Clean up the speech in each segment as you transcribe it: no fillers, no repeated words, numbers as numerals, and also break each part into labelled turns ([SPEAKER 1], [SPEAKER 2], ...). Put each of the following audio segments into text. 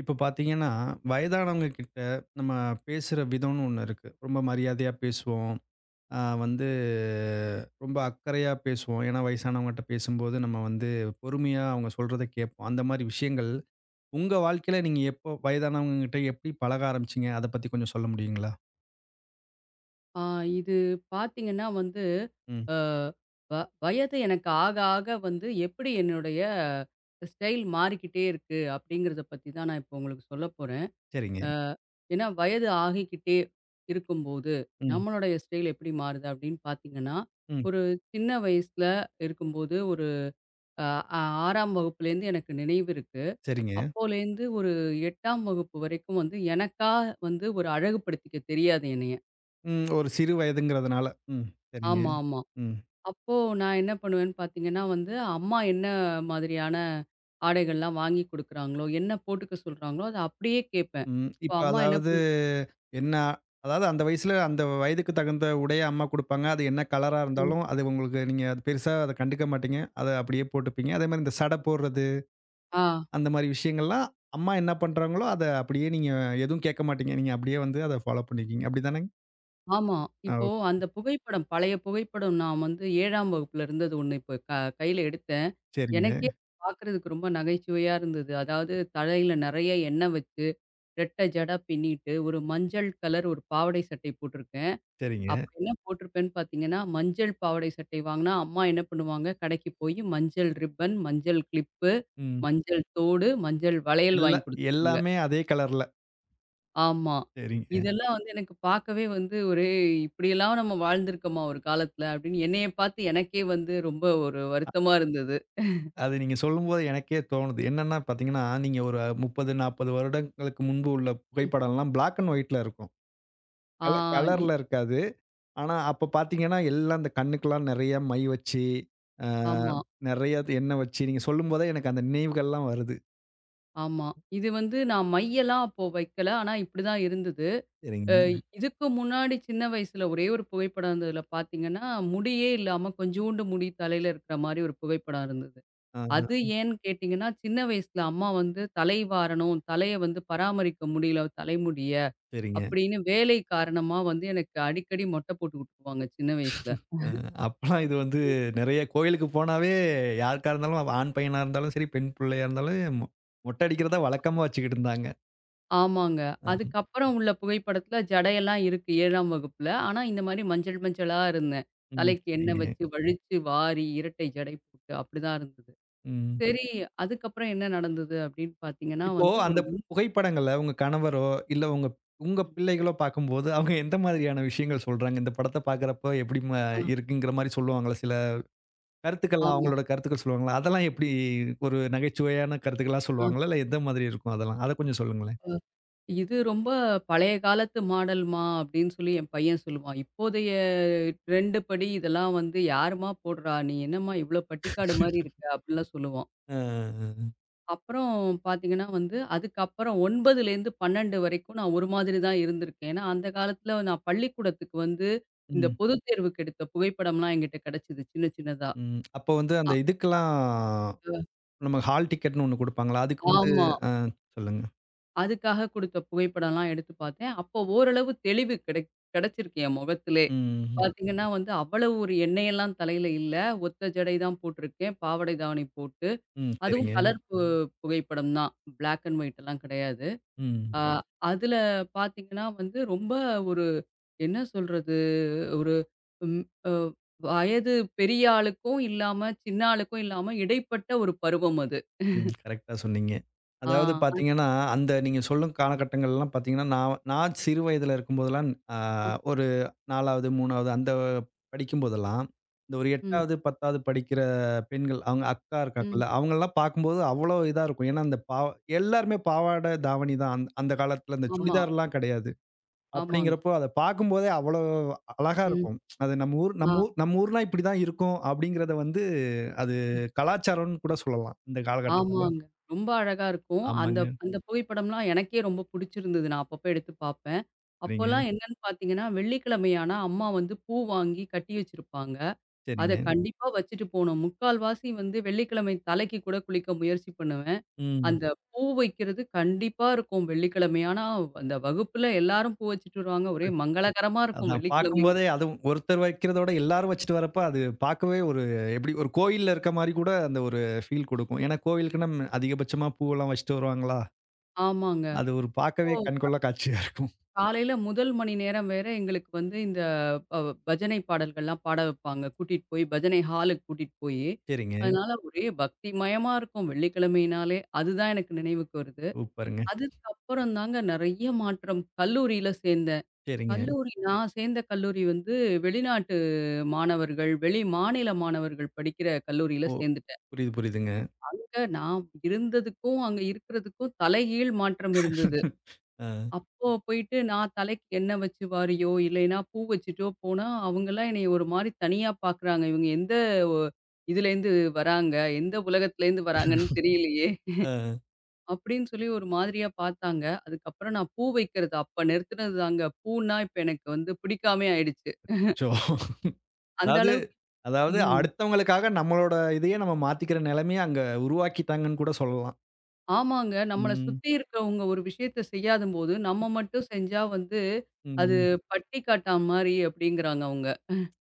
[SPEAKER 1] இப்ப பார்த்தீங்கன்னா, வயதானவங்க கிட்ட நம்ம பேசுற விதம்னு ஒண்ணு இருக்கு. ரொம்ப மரியாதையா பேசுவோம். வந்து ரொம்ப அக்கறையா பேசுவோம். ஏன்னா, வயசானவங்கட்ட பேசும்போது நம்ம வந்து பொறுமையா அவங்க சொல்றத கேட்போம். அந்த மாரி விஷயங்கள், உங்க வாழ்க்கையில நீங்க எப்போ வயதானவங்ககிட்ட எப்படி பழக ஆரம்பிச்சீங்க? அத பத்தி கொஞ்சம் சொல்ல முடியுங்களா?
[SPEAKER 2] ஆ இது பார்த்தீங்கன்னா வந்து,
[SPEAKER 1] ம்.
[SPEAKER 2] அ வ வயது எனக்கு ஆக ஆக வந்து எப்படி என்னுடைய ஸ்டைல் மாறிக்கிட்டே இருக்கு அப்படிங்கிறத பத்தி தான் நான் இப்போ உங்களுக்கு சொல்லப் போறேன்.
[SPEAKER 1] சரிங்க.
[SPEAKER 2] அ ஏன்னா வயது ஆகிக்கிட்டே இருக்கும்போது,
[SPEAKER 1] ம்.
[SPEAKER 2] நம்மளுடைய ஸ்டைல் எப்படி மாறுது அப்படின்னு பார்த்தீங்கன்னா,
[SPEAKER 1] ம்.
[SPEAKER 2] ஒரு சின்ன வயசுல இருக்கும்போது ஒரு அ 6ஆம் வகுப்புலேருந்து எனக்கு நினைவு இருக்கு.
[SPEAKER 1] சரிங்க.
[SPEAKER 2] அப்போலேருந்து ஒரு 8ஆம் வகுப்பு வரைக்கும் வந்து எனக்கா வந்து ஒரு அழகுபடுத்திக்க தெரியாது என்னைய.
[SPEAKER 1] ம். ஒரு சிறு வயதுங்கிறதுனால. ம். சரிங்க.
[SPEAKER 2] ஆமா, ஆமா.
[SPEAKER 1] ம்.
[SPEAKER 2] அப்போ நான் என்ன பண்ணுவேன்னு பார்த்தீங்கன்னா வந்து, அம்மா என்ன மாதிரியான ஆடைகள்லாம் வாங்கி குடுக்குறாங்களோ, என்ன போட்டுக்க சொல்றாங்களோ, அத அப்படியே கேட்பேன்.
[SPEAKER 1] ம்.
[SPEAKER 2] இப்போ
[SPEAKER 1] இப்ப
[SPEAKER 2] அம்மா என்ன
[SPEAKER 1] அதாவது
[SPEAKER 2] பண்ணு
[SPEAKER 1] என்ன அதாவது அந்த வயசுல, அந்த வயதுக்கு தகுந்த உடைய அம்மா குடுப்பாங்க. அது என்ன கலரா
[SPEAKER 2] ம்.
[SPEAKER 1] இருந்தாலும், அது உங்களுக்கு நீங்க அது பெருசா அத கண்டுக்க மாட்டீங்க. அத அப்படியே போட்டுப்பீங்க. அதேமாரி இந்த சடை போடுறது,
[SPEAKER 2] ஆ
[SPEAKER 1] அந்த மாரி விஷயங்கள்லாம் அம்மா என்ன பண்றாங்களோ, அத அப்படியே நீங்க எதுவும் கேட்க மாட்டீங்க. நீங்க அப்படியே வந்து அத ஃபாலோ பண்ணிக்கீங்க. அப்படிதானங்க?
[SPEAKER 2] ஆமா.
[SPEAKER 1] ஆ
[SPEAKER 2] இப்போ
[SPEAKER 1] ஓகே.
[SPEAKER 2] அந்த புகைப்படம், பழைய புகைப்படம் நான் வந்து 7ஆம் வகுப்புல இருந்தது ஒண்ணு இப்போ கையில எடுத்தேன்.
[SPEAKER 1] சரிங்க,
[SPEAKER 2] எனக்கே பார்க்குறதுக்கு ரொம்ப நகைச்சுவையா இருந்தது. அதாவது தலையில நெறைய எண்ணெய் வச்சு, ரெட்டை ஜடை பின்னிட்டு, ஒரு மஞ்சள் கலர் ஒரு பாவாடை சட்டை போட்டிருக்கேன்.
[SPEAKER 1] சரிங்க.
[SPEAKER 2] அப்ப என்ன போட்டிருப்பேன்னு பார்த்தீங்கன்னா, மஞ்சள் பாவாடை சட்டை வாங்குனா, அம்மா என்ன பண்ணுவாங்க, கடைக்கு போயி மஞ்சள் ரிப்பன், மஞ்சள் கிளிப்பு,
[SPEAKER 1] ம்.
[SPEAKER 2] மஞ்சள் தோடு, மஞ்சள் வளையல்
[SPEAKER 1] எல்லா
[SPEAKER 2] வாங்கி குடுத்துருவாங்க.
[SPEAKER 1] எல்லாமே அதே கலர்ல.
[SPEAKER 2] ஆமா.
[SPEAKER 1] சரிங்க.
[SPEAKER 2] இதெல்லாம் வந்து எனக்கு பார்க்கவே வந்து ஒரு இப்படியெல்லாம் நம்ம வாழ்ந்திருக்கோமா ஒரு காலத்துல அப்படின்னு என்னைய பார்த்து எனக்கே வந்து ரொம்ப ஒரு வருத்தமா இருந்தது.
[SPEAKER 1] அது நீங்க சொல்லும்போது எனக்கே தோணுது. என்னன்னா பாத்தீங்கன்னா, நீங்க ஒரு 30, 40 வருடங்களுக்கு முன்பு உள்ள புகைப்படம்லாம் பிளாக் அண்ட் ஒயிட்ல இருக்கும்.
[SPEAKER 2] ஆ
[SPEAKER 1] கல
[SPEAKER 2] இ
[SPEAKER 1] கலர்ல இருக்காது. ஆனா, அப்ப பார்த்தீங்கன்னா, எல்லாம் அந்த கண்ணுக்கெல்லாம் நெறைய மை வச்சு, அ
[SPEAKER 2] ஆமா,
[SPEAKER 1] நெறைய எண்ணெய் வச்சு, நீங்க சொல்லும்போதே எனக்கு அந்த நினைவுகள்லாம் வருது.
[SPEAKER 2] ஆமா. இது வந்து நான் மையெல்லாம் அப்போ வைக்கல. ஆனா இப்படிதான் இருந்தது. அ
[SPEAKER 1] சரிங்க.
[SPEAKER 2] இதுக்கு முன்னாடி சின்ன வயசுல ஒரே ஒரு புகைப்படம் இருந்ததுல பார்த்தீங்கன்னா, முடியே இல்லாம கொஞ்சூண்டு முடி தலையில இருக்கிற மாரி ஒரு புகைப்படம் இருந்தது.
[SPEAKER 1] ஆ,
[SPEAKER 2] அது
[SPEAKER 1] ஆ,
[SPEAKER 2] ஏன்னு கேட்டீங்கன்னா, சின்ன வயசுல அம்மா வந்து "தலை வாரணும், தலைய வந்து பராமரிக்க முடியல தலைமுடிய"
[SPEAKER 1] சரிங்க.
[SPEAKER 2] அப்படின்னு வேலை காரணமா வந்து எனக்கு அடிக்கடி மொட்டை போட்டு விட்டுருவாங்க சின்ன வயசுல.
[SPEAKER 1] அ அப்பலாம் இது வந்து நெறைய கோயிலுக்கு போனாவே யாருக்கா இருந்தாலும் ஆண் பையனா இருந்தாலும் சரி, பெண் பிள்ளையா இருந்தாலும் மொட்டை அடிக்கிறத வழக்கமா வச்சுக்கிட்டு இருந்தாங்க.
[SPEAKER 2] ஆமாங்க.
[SPEAKER 1] அ,
[SPEAKER 2] அதுக்கப்புறம் உள்ள புகைப்படத்துல ஜடையெல்லாம் இருக்கு 7ஆம் வகுப்புல. ஆனா இந்த மாரி மஞ்சள் மஞ்சளா இருந்தேன்.
[SPEAKER 1] ம்.
[SPEAKER 2] தலைக்கு எண்ணெய்
[SPEAKER 1] சரிங்க.
[SPEAKER 2] வச்சு வழிச்சு வாரி இரட்டை ஜடை போட்டு அப்படிதான் இருந்தது.
[SPEAKER 1] ம்.
[SPEAKER 2] சரி, அதுக்கப்புறம் என்ன நடந்தது அப்படின்னு பார்த்தீங்கன்னா
[SPEAKER 1] இப்போ
[SPEAKER 2] வந்து ஒரு
[SPEAKER 1] அந்த
[SPEAKER 2] உள்
[SPEAKER 1] புகைப்படங்கள்ல உங்க கணவரோ, இல்ல உங்க உங்க பிள்ளைகளோ பார்க்கும்போது, அவங்க எந்த மாதிரியான விஷயங்கள் சொல்றாங்க? இந்த படத்த பார்க்குறப்போ எப்படிம்மா
[SPEAKER 2] ஆ
[SPEAKER 1] இருக்குங்கிற மாரி சொல்லுவாங்களா? சில கருத்துக்கள்லாம்
[SPEAKER 2] ஆமா.
[SPEAKER 1] அவங்களோட கருத்துக்கள் சொல்லுவாங்களா? அதெல்லாம் எப்படி ஒரு நகைச்சுவையான கருத்துக்களா
[SPEAKER 2] ஆ
[SPEAKER 1] சொல்லுவாங்களா? இல்ல எந்த மாதிரி இருக்கும் அதெல்லாம்? அத கொஞ்சம் சொல்லுங்களேன்.
[SPEAKER 2] இது ரொம்ப பழைய காலத்து மாடல்மா அப்படின்னு சொல்லி என் பையன் சொல்லுவான். இப்போதைய ட்ரெண்டு படி இதெல்லாம் வந்து யாரும்மா போடுறா? நீ என்னம்மா இவ்ளோ பட்டிக்காடு மாரி இருக்க? அப்படிலாம் சொல்லுவான்.
[SPEAKER 1] அ, அ.
[SPEAKER 2] அப்புறம் பார்த்தீங்கன்னா வந்து அதுக்கப்புறம் 9லேருந்து 12 வரைக்கும் நான் ஒரு மாதிரி தான் இருந்திருக்கேன். ஏன்னா அந்த காலத்துல நான் பள்ளிக்கூடத்துக்கு வந்து இந்த
[SPEAKER 1] ம்,
[SPEAKER 2] பொதுத் தேர்வுக்கு எடுத்த புகைப்படம்லாம் என்கிட்ட கிடைச்சது சின்ன சின்னதா.
[SPEAKER 1] ம். அப்போ வந்து அந்த
[SPEAKER 2] அ
[SPEAKER 1] இதுக்கெல்லாம் நம்ம ஹால் டிக்கெட்ன்னு ஒண்ணு குடுப்பாங்கல்ல. அதுக்கு வந்து
[SPEAKER 2] ஆமா.
[SPEAKER 1] ஆ சொல்லுங்க.
[SPEAKER 2] அதுக்காக குடுத்த புகைப்படம்லாம் எடுத்து பார்த்தேன். அப்போ ஓரளவு தெளிவு கிடைச்சிருக்கு என் முகத்திலே.
[SPEAKER 1] ம்,
[SPEAKER 2] பார்த்தீங்கன்னா வந்து அவ்வளவு ஒரு எண்ணெயெல்லாம் தலையில இல்ல. ஒத்த ஜடை தான் போட்டிருக்கேன். பாவாடை தாவணி போட்டு,
[SPEAKER 1] ம்.
[SPEAKER 2] அதுவும்
[SPEAKER 1] சரிங்க.
[SPEAKER 2] கலர் புகைப்படம் தான். பிளாக் அண்ட் ஒயிட் எல்லாம் கிடையாது.
[SPEAKER 1] ம்.
[SPEAKER 2] அ அதுல பார்த்தீங்கன்னா வந்து ரொம்ப ஒரு என்ன சொல்றது? ஒரு ம் அ வயது பெரிய ஆளுக்கும் இல்லாம, சின்ன ஆளுக்கும் இல்லாம இடைப்பட்ட ஒரு பருவம் அது.
[SPEAKER 1] ம். கரெக்ட்டா சொன்னீங்க.
[SPEAKER 2] ஆ.
[SPEAKER 1] அதாவது
[SPEAKER 2] அ
[SPEAKER 1] பார்த்தீங்கன்னா, அந்த நீங்க சொல்லும் காலகட்டங்கள்லாம் பார்த்தீங்கன்னா, நான் நான் சிறு வயதில இருக்கும்போதெல்லாம் அ
[SPEAKER 2] அ-
[SPEAKER 1] ஒரு 4வது, 3வது அந்த படிக்கும்போதெல்லாம், இந்த ஒரு
[SPEAKER 2] ம்,
[SPEAKER 1] 8வது, 10வது படிக்கிற பெண்கள் அவங்க அக்கா
[SPEAKER 2] ம்.
[SPEAKER 1] இருக்காங்கல்ல, அவங்கலாம் பார்க்கும்போது அவ்வளோ இதா இருக்கும். ஏன்னா, அந்த எல்லாருமே பாவாடை, தாவணி தான். அந்த காலத்தில இந்த
[SPEAKER 2] ஆமா,
[SPEAKER 1] சுடிதார்லாம் கிடையாது.
[SPEAKER 2] ஆமாங்க.
[SPEAKER 1] அப்படிங்கிறப்போ அத பார்க்கும்போதே அவ்வளோ அழகா
[SPEAKER 2] ம்.
[SPEAKER 1] இருக்கும். அது நம்ம ஊர் நம்ம
[SPEAKER 2] ஆ.
[SPEAKER 1] ஊர் நம்ம ஊர்னா இப்படி தான் இருக்கும் அப்படிங்கிறத வந்து அது கலாச்சாரம்னு கூட சொல்லலாம். இந்த காலகட்டத்தில.
[SPEAKER 2] ஆமாங்க. ரொம்ப அழகா இருக்கும். அந்த
[SPEAKER 1] ஆமாங்க.
[SPEAKER 2] அந்த புகைப்படம்லாம் எனக்கே ரொம்ப புடிச்சிருந்தது. நான் அப்பப்போ எடுத்து பாப்பேன்.
[SPEAKER 1] சரிங்க,
[SPEAKER 2] அப்போலாம் என்னன்னு பார்த்தீங்கன்னா, வெள்ளிக்கிழமை ஆனா அம்மா வந்து பூ வாங்கி கட்டி வச்சிருப்பாங்க. அத
[SPEAKER 1] சரிங்க.
[SPEAKER 2] கண்டிப்பா வச்சுட்டு போணும். முக்கால்வாசி வந்து வெள்ளிக்கிழமை தலைக்கு கூட குளிக்க முயற்சி பண்ணுவேன்.
[SPEAKER 1] ம்.
[SPEAKER 2] அந்த பூ வைக்கிறது கண்டிப்பா இருக்கும் வெள்ளிக்கிழமை. ஆனா அந்த வகுப்புல எல்லாரும் பூ வச்சுட்டு வருவாங்க. ஒரே
[SPEAKER 1] அது
[SPEAKER 2] மங்களகரமா இருக்கும்
[SPEAKER 1] அதான்
[SPEAKER 2] வெள்ளிக்கிழமை.
[SPEAKER 1] பார்க்கும்போதே அதுவும் ஒருத்தர் வைக்கிறத விட எல்லாரும் வச்சுட்டு வரப்ப, அது பார்க்கவே ஒரு எப்படி ஒரு கோயில்ல இருக்க மாரி கூட அந்த ஒரு ஃபீல் குடுக்கும். ஏன்னா கோவிலுக்குன்னா ம், அதிகபட்சமா பூவெல்லாம் வச்சுட்டு வருவாங்களா,
[SPEAKER 2] ஆமாங்க.
[SPEAKER 1] அது ஒரு பார்க்கவே
[SPEAKER 2] அப்போ
[SPEAKER 1] கண்கொள்ளா காட்சியா இருக்கும்.
[SPEAKER 2] காலையில முதல் மணி நேரம் வேற எங்களுக்கு வந்து இந்த ப பஜனை பாடல்கள்லாம் பாட வைப்பாங்க. கூட்டிட்டு போய் பஜனை ஹாலுக்கு கூட்டிட்டு போயி,
[SPEAKER 1] சரிங்க.
[SPEAKER 2] அதனால ஒரே பக்தி மயமா இருக்கும் வெள்ளிக்கிழமையினாலே. அதுதான் எனக்கு நினைவுக்கு வருது.
[SPEAKER 1] சூப்பருங்க.
[SPEAKER 2] அதுக்கப்புறம் தாங்க நெறைய மாற்றம். கல்லூரியில சேந்தேன்.
[SPEAKER 1] சரிங்க.
[SPEAKER 2] கல்லூரி நான் சேர்ந்த கல்லூரி வந்து வெளிநாட்டு மாணவர்கள், வெளி மாநில மாணவர்கள் படிக்கிற கல்லூரியில
[SPEAKER 1] ஓ!
[SPEAKER 2] சேர்ந்துட்டேன்.
[SPEAKER 1] புரியுது, புரியுதுங்க.
[SPEAKER 2] அங்க நான் இருந்ததுக்கும், அங்க இருக்கிறதுக்கும் தலைகீழ் மாற்றம் இருந்தது.
[SPEAKER 1] அ,
[SPEAKER 2] அப்போ போயிட்டு நான் தலைக்கு எண்ணெய் வச்சு வாரியோ, இல்லைன்னா பூ வச்சுட்டோ போனா, அவங்கலாம் என்னைய ஒரு மாரி தனியா பார்க்குறாங்க. இவங்க எந்த ஒ இதுலேருந்து வராங்க? எந்த உலகத்துலேருந்து வராங்கன்னு தெரியலையே!
[SPEAKER 1] அ.
[SPEAKER 2] அப்டின்னு சொல்லி ஒரு மாதிரியா பார்த்தாங்க. அதுக்கப்புறம் நான் பூ வைக்கிறது அப்ப நிறுத்துனது தாங்க. பூன்னா இப்ப எனக்கு வந்து பிடிக்காமயே ஆயிடுச்சு.
[SPEAKER 1] அச்சோ!
[SPEAKER 2] அந்த
[SPEAKER 1] அதாவது
[SPEAKER 2] அளவுக்கு
[SPEAKER 1] அதாவது
[SPEAKER 2] ம்.
[SPEAKER 1] அடுத்தவங்களுக்காக நம்மளோட இதையே நம்ம மாத்திக்கிற நிலைமைய அங்க உருவாக்கிட்டாங்கன்னு கூட சொல்லலாம்.
[SPEAKER 2] ஆமாங்க. நம்மள
[SPEAKER 1] ம்,
[SPEAKER 2] சுத்தி இருக்கவங்க ஒரு விஷயத்த செய்யாதம்போது, நம்ம மட்டும் செஞ்சா வந்து, அது
[SPEAKER 1] ம்.
[SPEAKER 2] பட்டி காட்டா மாரி அப்டிங்கிறாங்க அவங்க.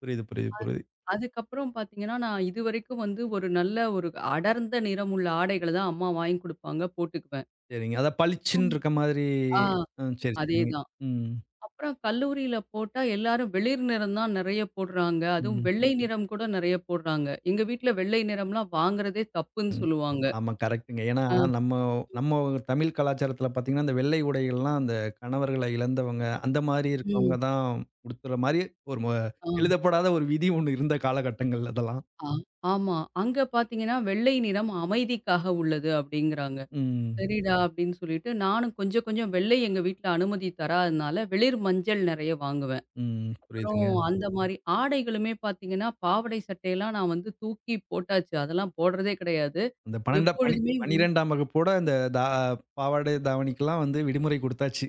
[SPEAKER 1] புரியுது, புரியுது, புரியுது.
[SPEAKER 2] அதுக்கப்புறம் பார்த்தீங்கன்னா, நான் இதுவரைக்கும் வந்து ஒரு நல்ல ஒரு அடர்ந்த நிறமுள்ள ஆடைகள தான் அம்மா வாங்கி குடுப்பாங்க, போட்டுக்குவேன்.
[SPEAKER 1] சரிங்க. அதான்
[SPEAKER 2] ஆம்.
[SPEAKER 1] பளிச்சுன்னு இருக்க மாதிரி
[SPEAKER 2] ஆ
[SPEAKER 1] சரி, சரிங்க.
[SPEAKER 2] அதேதான்.
[SPEAKER 1] ம்,
[SPEAKER 2] அப்புறம் கல்லூரியில போட்டா எல்லாரும் வெளிர் நிறம் தான் நெறைய போடுறாங்க. அதுவும்
[SPEAKER 1] ம்,
[SPEAKER 2] வெள்ளை நிறம் கூட நெறைய போடுறாங்க. எங்க வீட்ல வெள்ளை நிறம்லாம் வாங்குறதே தப்புன்னு
[SPEAKER 1] ம்.
[SPEAKER 2] சொல்லுவாங்க.
[SPEAKER 1] ஆமா கரெக்ட்டுங்க. ஏன்னா,
[SPEAKER 2] ஆ,
[SPEAKER 1] நம்ம நம்ம தமிழ் கலாச்சாரத்தில பார்த்தீங்கன்னா, அந்த வெள்ளை உடைகள்லாம் அந்த கணவர்கள இழந்தவங்க, அந்த மாரி
[SPEAKER 2] ம்.
[SPEAKER 1] இருக்கவங்க தான் உடுத்துற மாரி ஒரு ம
[SPEAKER 2] ஆ,
[SPEAKER 1] எழுதப்படாத ஒரு விதி ஒண்ணு இருந்த காலகட்டங்கள் அதெல்லாம்.
[SPEAKER 2] ஆ. ஆமா. அங்க பார்த்தீங்கன்னா, "வெள்ளை நிறம் அமைதிக்காக உள்ளது" அப்படிங்கிறாங்க.
[SPEAKER 1] ம்,
[SPEAKER 2] சரிடா அப்படின்னு சொல்லிட்டு, நானும் கொஞ்சம் கொஞ்சம் வெள்ளை எங்க வீட்ல அனுமதி தராதனால, வெளிர் மஞ்சள் நெறைய வாங்குவேன்.
[SPEAKER 1] ம்.
[SPEAKER 2] அப்புறம்
[SPEAKER 1] புரியுதுங்க.
[SPEAKER 2] அந்த மாரி ஆடைகளுமே பார்த்தீங்கன்னா, பாவாடை சட்டையெல்லாம் நான் வந்து தூக்கி போட்டாச்சு. அதெல்லாம் போடுறதே கிடையாது.
[SPEAKER 1] அந்த 12 பனி
[SPEAKER 2] எப்பொழுதுமே வந்
[SPEAKER 1] 12ஆம் வகுப்போட அந்த தா பாவாடை, தாவணிக்கெல்லாம் வந்து விடுமுறை குடுத்தாச்சு.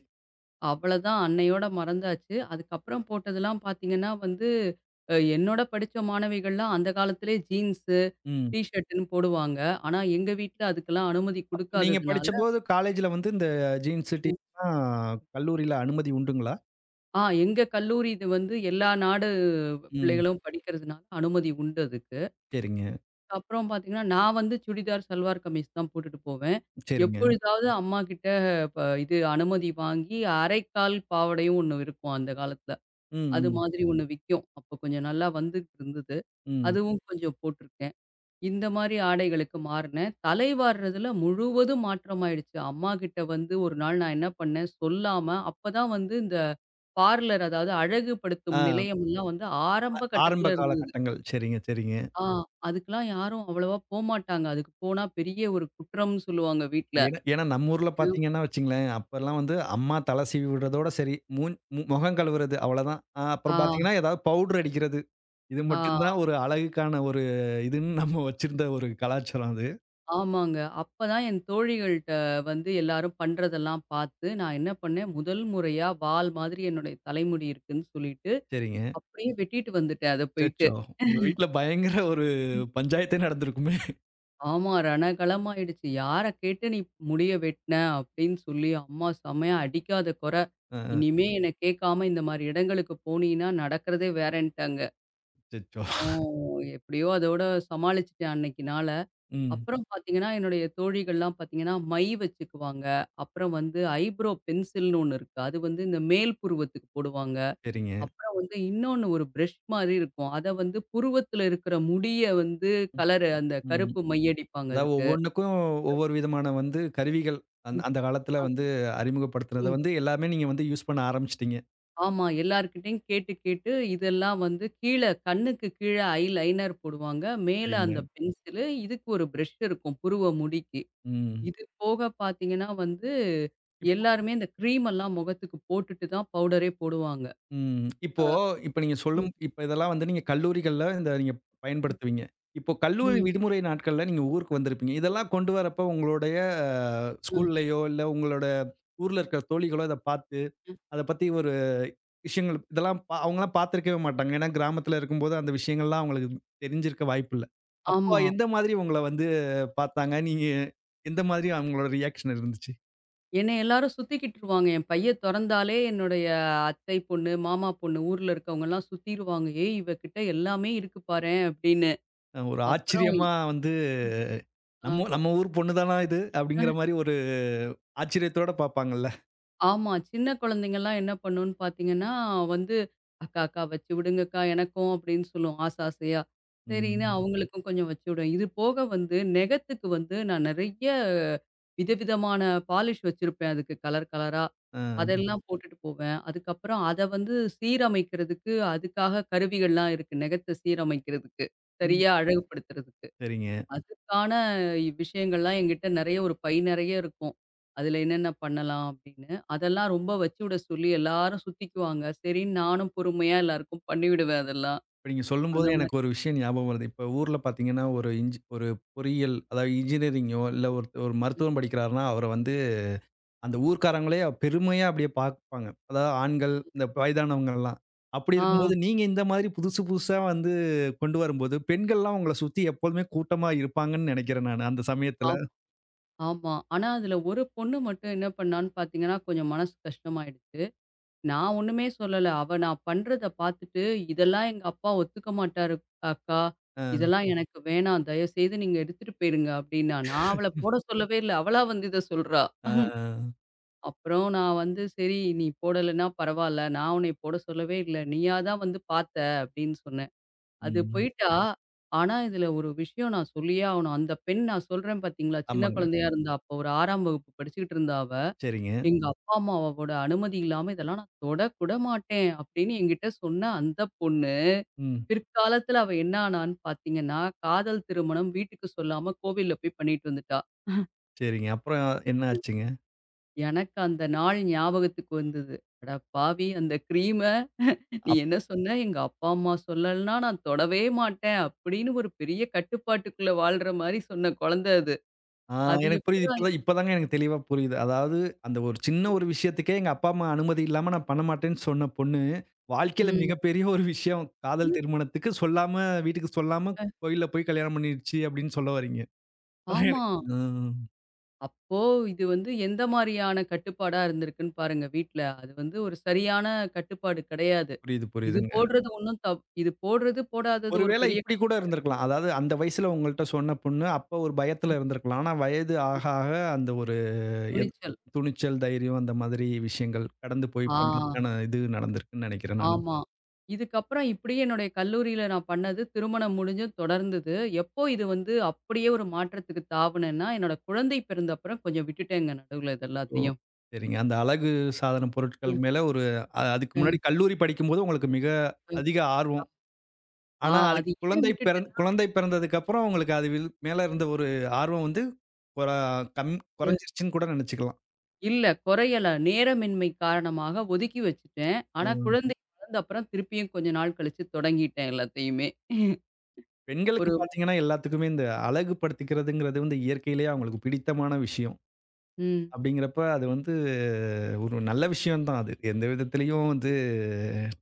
[SPEAKER 2] அவ்வளதான் அன்னையோட மறந்தாச்சு. அதுக்கப்புறம் போட்டதெல்லாம் பார்த்தீங்கன்னா வந்து, என்னோட படிச்ச மாணவிகள்லாம் அந்த காலத்திலே ஜீன்ஸு,
[SPEAKER 1] ம்.
[SPEAKER 2] டீ ஷர்ட்டுன்னு போடுவாங்க. ஆனா எங்க வீட்ல அதுக்கெல்லாம் அனுமதி
[SPEAKER 1] அப்போ நீங்க
[SPEAKER 2] குடுக்காததுனால
[SPEAKER 1] படிச்சபோது காலேஜ்ல வந்து இந்த ஜீன்ஸு, டீலாம் கல்லூரியில அனுமதி உண்டுங்களா?
[SPEAKER 2] எங்க கல்லூரி இது வந்து எல்லா நாடு
[SPEAKER 1] ம்.
[SPEAKER 2] பிள்ளைகளும் படிக்கிறதுனால அனுமதி உண்டு அதுக்கு.
[SPEAKER 1] சரிங்க,
[SPEAKER 2] அப்புறம் பார்த்தீங்கன்னா, நான் வந்து சுடிதார், சல்வார் கமீஸ் தான் போட்டுட்டு போவேன்.
[SPEAKER 1] சரிங்க.
[SPEAKER 2] எப்பொழுதாவது அம்மாகிட்ட ப இது அனுமதி வாங்கி, அரைக்கால் பாவாடையும் ஒண்ணு இருக்கும் அந்த காலத்துல.
[SPEAKER 1] ம்,
[SPEAKER 2] அது
[SPEAKER 1] ம்,
[SPEAKER 2] மாதிரி ஒண்ணு விக்கும். அப்ப கொஞ்சம் நல்லா வந்துட்டு இருந்தது.
[SPEAKER 1] ம்.
[SPEAKER 2] அதுவும் கொஞ்சம் போட்டுருக்கேன். இந்த மாரி ஆடைகளுக்கு மாறுனேன். தலை வார்றதுல முழுவதும் மாற்றமாயிடுச்சு. அம்மாகிட்ட வந்து ஒரு நாள் நான் என்ன பண்ணேன், சொல்லாம அப்பதான் வந்து இந்த பார்லர் அதாவது
[SPEAKER 1] ஆ
[SPEAKER 2] அழகுபடுத்தும் நிலையம்லாம் வந்து ஆரம்ப
[SPEAKER 1] ஆரம்ப
[SPEAKER 2] கட்டத்துல
[SPEAKER 1] காலகட்டங்கள். சரிங்க, சரிங்க.
[SPEAKER 2] ஆ அதுக்கெல்லாம் யாரும் அவ்வளவா போமாட்டாங்க. அதுக்கு போனா பெரிய ஒரு குற்றம்னு சொல்லுவாங்க வீட்ல.
[SPEAKER 1] ஏன்னா ஏன்னா நம்ம ஊர்ல பார்த்தீங்கன்னா வச்சுங்களேன், அப்பலாம் வந்து அம்மா தலை சீவி விடுறதோட சரி. மூஞ் மு முகம் கழுவுறது அவ்வளோதான்.
[SPEAKER 2] ஆ,
[SPEAKER 1] அப்புறம் பார்த்தீங்கன்னா, ஏதாவது பவுடர் அடிக்கிறது. இது
[SPEAKER 2] ஆ
[SPEAKER 1] மட்டும் தான் ஒரு அழகுக்கான ஒரு இதுன்னு நம்ம வச்சிருந்த ஒரு கலாச்சாரம் அது.
[SPEAKER 2] ஆமாங்க. அப்பதான் என் தோழிகள்ட்ட வந்து எல்லாரும் பண்றதெல்லாம் பார்த்து, நான் என்ன பண்ணேன், முதல் முறையா வால் மாதிரி என்னுடைய தலைமுடி இருக்குன்னு சொல்லிட்டு,
[SPEAKER 1] சரிங்க.
[SPEAKER 2] அப்படியே வெட்டிட்டு வந்துட்டேன் அத போயிட்டு.
[SPEAKER 1] அச்சச்சோ! உங்க வீட்ல பயங்கர ஒரு பஞ்சாயத்தே நடந்திருக்குமே!
[SPEAKER 2] ஆமா ரணகளமாயிடுச்சு. "யார கேட்டு நீ முடிய வெட்டுன?" அப்படின்னு சொல்லி, அம்மா செமையா அடிக்காத கொற.
[SPEAKER 1] அ, அ.
[SPEAKER 2] "இனிமே என்ன கேட்காம இந்த மாரி இடங்களுக்கு போனீன்னா நடக்கிறதே வேறேன்ட்டாங்க."
[SPEAKER 1] அச்சச்சோ!
[SPEAKER 2] அப்புறம் எப்படியோ அதோட சமாளிச்சுட்டேன் அன்னைக்கு நாள.
[SPEAKER 1] ம்.
[SPEAKER 2] அப்புறம் பார்த்தீங்கன்னா, என்னுடைய தோழிகள்லாம் பார்த்தீங்கன்னா, மை வச்சுக்குவாங்க. அப்புறம் வந்து ஐப்ரோ பென்சில்னு ஒண்ணு இருக்கு. அது வந்து இந்த மேல் புருவத்துக்கு போடுவாங்க.
[SPEAKER 1] சரிங்க.
[SPEAKER 2] அப்புறம் வந்து இன்னொன்னு ஒரு பிரஷ் மாரி இருக்கும். அத வந்து புருவத்தில இருக்கிற முடிய வந்து கலரு அந்த
[SPEAKER 1] ம்.
[SPEAKER 2] கருப்பு மை அடிப்பாங்க
[SPEAKER 1] அதாவது
[SPEAKER 2] அதுக்கு.
[SPEAKER 1] ஒவ்வொன்னுக்கும் ஒவ்வொரு விதமான வந்து கருவிகள் அந்
[SPEAKER 2] ம்.
[SPEAKER 1] அந்த காலத்துல
[SPEAKER 2] அ
[SPEAKER 1] வந்து அறிமுகப்படுத்துனத
[SPEAKER 2] ம்.
[SPEAKER 1] வந்து எல்லாமே நீங்க வந்து யூஸ் பண்ண ஆரம்பிச்சுட்டீங்க.
[SPEAKER 2] ஆமா. எல்லார்கிட்டயும் கேட்டு கேட்டு இதெல்லாம் வந்து கீழ கண்ணுக்கு கீழ ஐ லைனர் போடுவாங்க. மேல
[SPEAKER 1] சரிங்க.
[SPEAKER 2] அந்த பென்சிலு. இதுக்கு ஒரு பிரஷ் இருக்கும் புருவ முடிக்கு.
[SPEAKER 1] ம்.
[SPEAKER 2] இது போக பார்த்தீங்கன்னா வந்து,
[SPEAKER 1] இப்போ
[SPEAKER 2] எல்லாருமே இந்த கிரீம் எல்லாம் முகத்துக்கு போட்டுட்டு தான் பவுடரே போடுவாங்க.
[SPEAKER 1] ம். இப்போ இப்ப நீங்க சொல்லும்
[SPEAKER 2] ம்,
[SPEAKER 1] இப்ப இதெல்லாம் வந்து நீங்க கல்லூரிகள்ல இந்த நீங்க
[SPEAKER 2] ம்,
[SPEAKER 1] பயன்படுத்துவீங்க. இப்போ கல்லூரி
[SPEAKER 2] ம்,
[SPEAKER 1] விடுமுறை நாட்கள்ல நீங்க ஊருக்கு வந்திருப்பீங்க. இதெல்லாம் கொண்டு வரப்போ உங்களுடைய
[SPEAKER 2] ம்,
[SPEAKER 1] ஸ்கூல்லயோ, இல்ல உங்களோட ஊர்ல இருக்கிற தோழிகளோ இத பார்த்து
[SPEAKER 2] ம்.
[SPEAKER 1] அத பத்தி ஒரு விஷயங்கள் இதெல்லாம் அவங்கலாம் பார்த்திருக்கவே மாட்டாங்க. ஏன்னா கிராமத்துல இருக்கும்போது அந்த விஷயங்கள்லாம் அவங்களுக்கு தெரிஞ்சிருக்க வாய்ப்பில்ல. அப்போ
[SPEAKER 2] ஆமா.
[SPEAKER 1] எந்த மாதிரி உங்கள வந்து பார்த்தாங்க? நீங்க எந்த மாதிரி அவங்களோட ரியாக்ஷன் இருந்துச்சு?
[SPEAKER 2] என்னை எல்லாரும் சுத்திக்கிட்டுருவாங்க. என் பைய தொறந்தாலே என்னுடைய அத்தை பொண்ணு, மாமா பொண்ணு ஊர்ல இருக்கவங்கலாம் சுத்திருவாங்க. "ஏய்! இவ கிட்ட எல்லாமே இருக்கு பாரேன்" அப்படின்னு.
[SPEAKER 1] ஒரு
[SPEAKER 2] அப்புறம் எ
[SPEAKER 1] ஆச்சரியமா வந்து
[SPEAKER 2] ஆ.
[SPEAKER 1] நம்ம நம்ம ஊர் பொண்ணு தானா இது? அப்படிங்கிற மாரி ஒரு ஆச்சரியத்தோட பார்ப்பாங்கல்ல.
[SPEAKER 2] ஆமா. சின்ன குழந்தைங்கலாம் என்ன பண்ணும்னு பார்த்தீங்கன்னா, வந்து "அக்கா, அக்கா வச்சு விடுங்கக்கா எனக்கும்" அப்படின்னு சொல்லும் ஆசை ஆசையா. சரின்னு
[SPEAKER 1] ம்.
[SPEAKER 2] அவங்களுக்கும் கொஞ்சம் வச்சு விடுவேன். இது போக வந்து நெகத்துக்கு வந்து நான் நெறைய விதவிதமான பாலிஷ் வச்சிருப்பேன் அதுக்கு கலர் கலரா.
[SPEAKER 1] அ.
[SPEAKER 2] அதெல்லாம் போட்டுட்டு போவேன். அதுக்கப்புறம் அத வந்து சீரமைக்கிறதுக்கு அதுக்காக கருவிகள்லாம் இருக்கு. நெகத்த சீரமைக்கிறதுக்கு.
[SPEAKER 1] ம்.
[SPEAKER 2] சரியா அழகுபடுத்துறதுக்கு.
[SPEAKER 1] சரிங்க.
[SPEAKER 2] அதுக்கான விஷயங்கள்லாம் என்கிட்ட நெறைய ஒரு பை நெறைய இருக்கும். அதுல என்னென்ன பண்ணலாம் அப்படின்னு. அதெல்லாம் ரொம்ப வச்சுவிட சொல்லி எல்லாரும் சுத்திக்குவாங்க. சரின்னு நானும் பொறுமையா எல்லாருக்கும் பண்ணிவிடுவேன் அதெல்லாம்.
[SPEAKER 1] இப்ப நீங்க சொல்லும்போது
[SPEAKER 2] அந்த
[SPEAKER 1] எனக்கு
[SPEAKER 2] மாரி.
[SPEAKER 1] ஒரு விஷயம் ஞாபகம் வருது. இப்ப ஊர்ல பார்த்தீங்கன்னா, ஒரு ஒரு பொறியியல் அதாவது இன்ஜினியரிங்கோ இல்ல ஒரு ஒரு மருத்துவம் படிக்கிறாருன்னா அவர வந்து அந்த ஊர்க்காரங்களே பெருமையா அப்படியே பார்ப்பாங்க. அதாவது ஆண்கள், இந்த வயதானவங்கலாம். அப்படி
[SPEAKER 2] ஆ
[SPEAKER 1] இருக்கும்போது, நீங்க இந்த மாதிரி புதுசு புதுசா வந்து கொண்டு வரும்போது, பெண்கள்லாம் உங்கள சுத்தி எப்போதுமே கூட்டமா இருப்பாங்கன்னு நெனைக்கிறேன் நானு, அந்த சமயத்துல.
[SPEAKER 2] ஆம் ஆமா. ஆனா அதுல ஒரு பொண்ணு மட்டும் என்ன பண்ணான்னு பார்த்தீங்கன்னா, கொஞ்சம் மனசு கஷ்டமாயிடுச்சு. நான் ஒண்ணுமே சொல்லல. அவ நான் பண்றத பார்த்துட்டு, "இதெல்லாம் எங்க அப்பா ஒத்துக்க மாட்டாரு அக்கா.
[SPEAKER 1] அ,
[SPEAKER 2] இதெல்லாம் எனக்கு வேணாம். தயவுசெய்து நீங்க எடுத்துட்டு போயிருங்க" அப்படின்னா. நான் அவள போட சொல்லவே இல்ல. அவளா வந்து இத சொல்றா.
[SPEAKER 1] அ,
[SPEAKER 2] அப்புறம் நான் வந்து சரி நீ போடலைன்னா பரவாயில்ல. நான் உன்னை போட சொல்லவே இல்ல. நீயா தான் வந்து பார்த்த அப்படின்னு சொன்னேன். அது
[SPEAKER 1] ம்.
[SPEAKER 2] போயிட்டா, ம். ஆனா இதுல ஒரு விஷயம் நான் சொல்லியே ஆவணும். அந்த பெண் நான் சொல்றேன் பார்த்தீங்களா, சின்ன
[SPEAKER 1] ஆமாங்க.
[SPEAKER 2] குழந்தையா இருந்தா, அப்போ ஒரு 6ஆம் வகுப்பு படிச்சுக்கிட்டு இருந்தா அவ.
[SPEAKER 1] சரிங்க.
[SPEAKER 2] எங்க அப்பா அம்மாவோட அனுமதி இல்லாம இதெல்லாம் நான் தொடக்கூட மாட்டேன் அப்படின்னு என்கிட்ட சொன்ன அந்த பொண்ணு,
[SPEAKER 1] ம்.
[SPEAKER 2] பிற்காலத்துல அவ என்ன ஆனான்னு பார்த்தீங்கன்னா, காதல் திருமணம் வீட்டுக்கு சொல்லாம கோவில்ல போய் பண்ணிட்டு வந்துட்டா.
[SPEAKER 1] சரிங்க. அப்புறம் என்ன ஆச்சுங்க?
[SPEAKER 2] எனக்கு அந்த நாள் ஞாபகத்துக்கு வந்தது. அட பாவி! அந்த கிரீம் நீ என்ன சொன்ன? எங்க அப்பா, அம்மா சொல்லலன்னா நான் தொடவே மாட்டேன். அப்படின்னு ஒரு பெரிய கட்டுப்பாட்டுக்குள்ள வாழ்ற மாரி சொன்ன குழந்தை அது.
[SPEAKER 1] ஆ
[SPEAKER 2] அது
[SPEAKER 1] எனக்கு புரியுது.
[SPEAKER 2] எப்படிடா
[SPEAKER 1] இப்பதான் இப்பதாங்க எனக்கு தெளிவா புரியுது. அதாவது அந்த ஒரு சின்ன ஒரு விஷயத்துக்கே எங்க அப்பா, அம்மா அனுமதி இல்லாம நான் பண்ண மாட்டேன்னு சொன்ன பொண்ணு, வாழ்க்கையில
[SPEAKER 2] ம்.
[SPEAKER 1] மிகப்பெரிய ஒரு விஷயம். காதல்
[SPEAKER 2] ம்.
[SPEAKER 1] திருமணத்துக்கு சொல்லாம வீட்டுக்கு சொல்லாம கோயில்ல போய் கல்யாணம் பண்ணிடுச்சு அப்படின்னு சொல்ல வரீங்க. அதான்
[SPEAKER 2] ஆமா.
[SPEAKER 1] எனக்கு ம்.
[SPEAKER 2] அப்போ இது வந்து எந்த மாரியான கட்டுப்பாடா இருந்திருக்குன்னு பாருங்க வீட்ல. அது வந்து ஒரு சரியான கட்டுப்பாடு கிடையாது.
[SPEAKER 1] புரியுது,
[SPEAKER 2] இது
[SPEAKER 1] புரியுதுங்க.
[SPEAKER 2] போடுறது ஒண்ணும் இது போடுறது, போடாதது ஒரு
[SPEAKER 1] ஒருவேளை
[SPEAKER 2] பெரிய
[SPEAKER 1] இப்படி கூட இருந்திருக்கலாம். அதாவது அந்த வயசுல உங்கள்ட்ட சொன்ன பொண்ணு, அப்ப ஒரு பயத்துல இருந்திருக்கலாம். ஆனா வயது ஆக ஆக அந்த ஒரு எத்
[SPEAKER 2] துணிச்சல்.
[SPEAKER 1] துணிச்சல், தைரியம் அந்த மாதிரி விஷயங்கள் கடந்து போய்
[SPEAKER 2] ஆ.
[SPEAKER 1] பண்றதுக்கான இது நடந்திருக்குன்னு நினைக்கிறேன் நான்.
[SPEAKER 2] ஆமா. இதுக்கப்புறம் இப்படியே என்னுடைய கல்லூரியில நான் பண்ணது திருமணம் முடிஞ்சும் தொடர்ந்தது. எப்போ இது வந்து அப்படியே ஒரு மாற்றத்துக்கு தாவுனேன்னா, என்னோட குழந்தை பிறந்த அப்புறம் கொஞ்சம் விட்டுட்டேங்க நடுவுல இது
[SPEAKER 1] ஓ!
[SPEAKER 2] எல்லாத்தையும்.
[SPEAKER 1] சரிங்க. அந்த அழகு சாதன பொருட்கள்
[SPEAKER 2] ம்,
[SPEAKER 1] மேல ஒரு அதுக்கு முன்னாடி
[SPEAKER 2] ம்,
[SPEAKER 1] கல்லூரி படிக்கும்போது உங்களுக்கு மிக
[SPEAKER 2] ம்.
[SPEAKER 1] அதிக ஆர்வம்.
[SPEAKER 2] ஆ
[SPEAKER 1] ஆனா, அது
[SPEAKER 2] அது ஏன் விட்டுட்டேன்னா
[SPEAKER 1] குழந்தை பிறந்ததுக்கப்புறம் உங்களுக்கு அது வில் மேல இருந்த ஒரு ஆர்வம் வந்து கொற கம் கொறைஞ்சிருச்சுன்னு கூட நெனச்சுக்கலாம்.
[SPEAKER 2] இல்ல குறையல. நேரமின்மை காரணமாக ஒதுக்கி வச்சுட்டேன். ஆனா
[SPEAKER 1] ம்.
[SPEAKER 2] குழந்தை வளர்ந்த அப்புறம் திருப்பியும் கொஞ்ச நாள் கழிச்சு தொடங்கிட்டேன் எல்லாத்தையுமே.
[SPEAKER 1] பெண்களுக்கு
[SPEAKER 2] ஒரு
[SPEAKER 1] பாத்தீங்கன்னா, எல்லாத்துக்குமே இந்த அழகுபடுத்திக்கிறதுங்கிறது வந்து இயற்கையிலேயே அவங்களுக்கு பிடித்தமான விஷயம்.
[SPEAKER 2] ம்,
[SPEAKER 1] அப்படிங்கிறப்ப அது வந்து ஒரு நல்ல விஷயம் தான் அது. எந்த விதத்திலயும் வந்து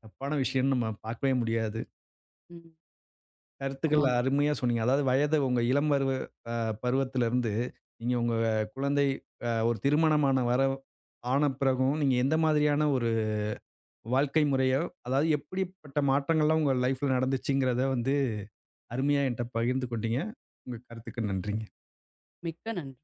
[SPEAKER 1] தப்பான விஷயம்னு நம்ம பாக்கவே முடியாது.
[SPEAKER 2] ம்.
[SPEAKER 1] கருத்துக்கள்
[SPEAKER 2] ஆமாங்க.
[SPEAKER 1] அருமையா சொன்னீங்க. அதாவது வயது உங்க இளம் அ பருவத்திலிருந்து, நீங்க உங்க குழந்தை ஒரு திருமணமான ஆன பிறகும், நீங்க எந்த மாதிரியான ஒரு வாழ்க்கை முறையோ, அதாவது எப்படிப்பட்ட மாற்றங்கள்லாம் உங்க லைஃப்ல நடந்துச்சுங்கிறத வந்து அருமையா என்ட்ட பகிர்ந்து கொண்டீங்க. உங்க கருத்துக்கு நன்றிங்க.
[SPEAKER 2] மிக்க நன்றி.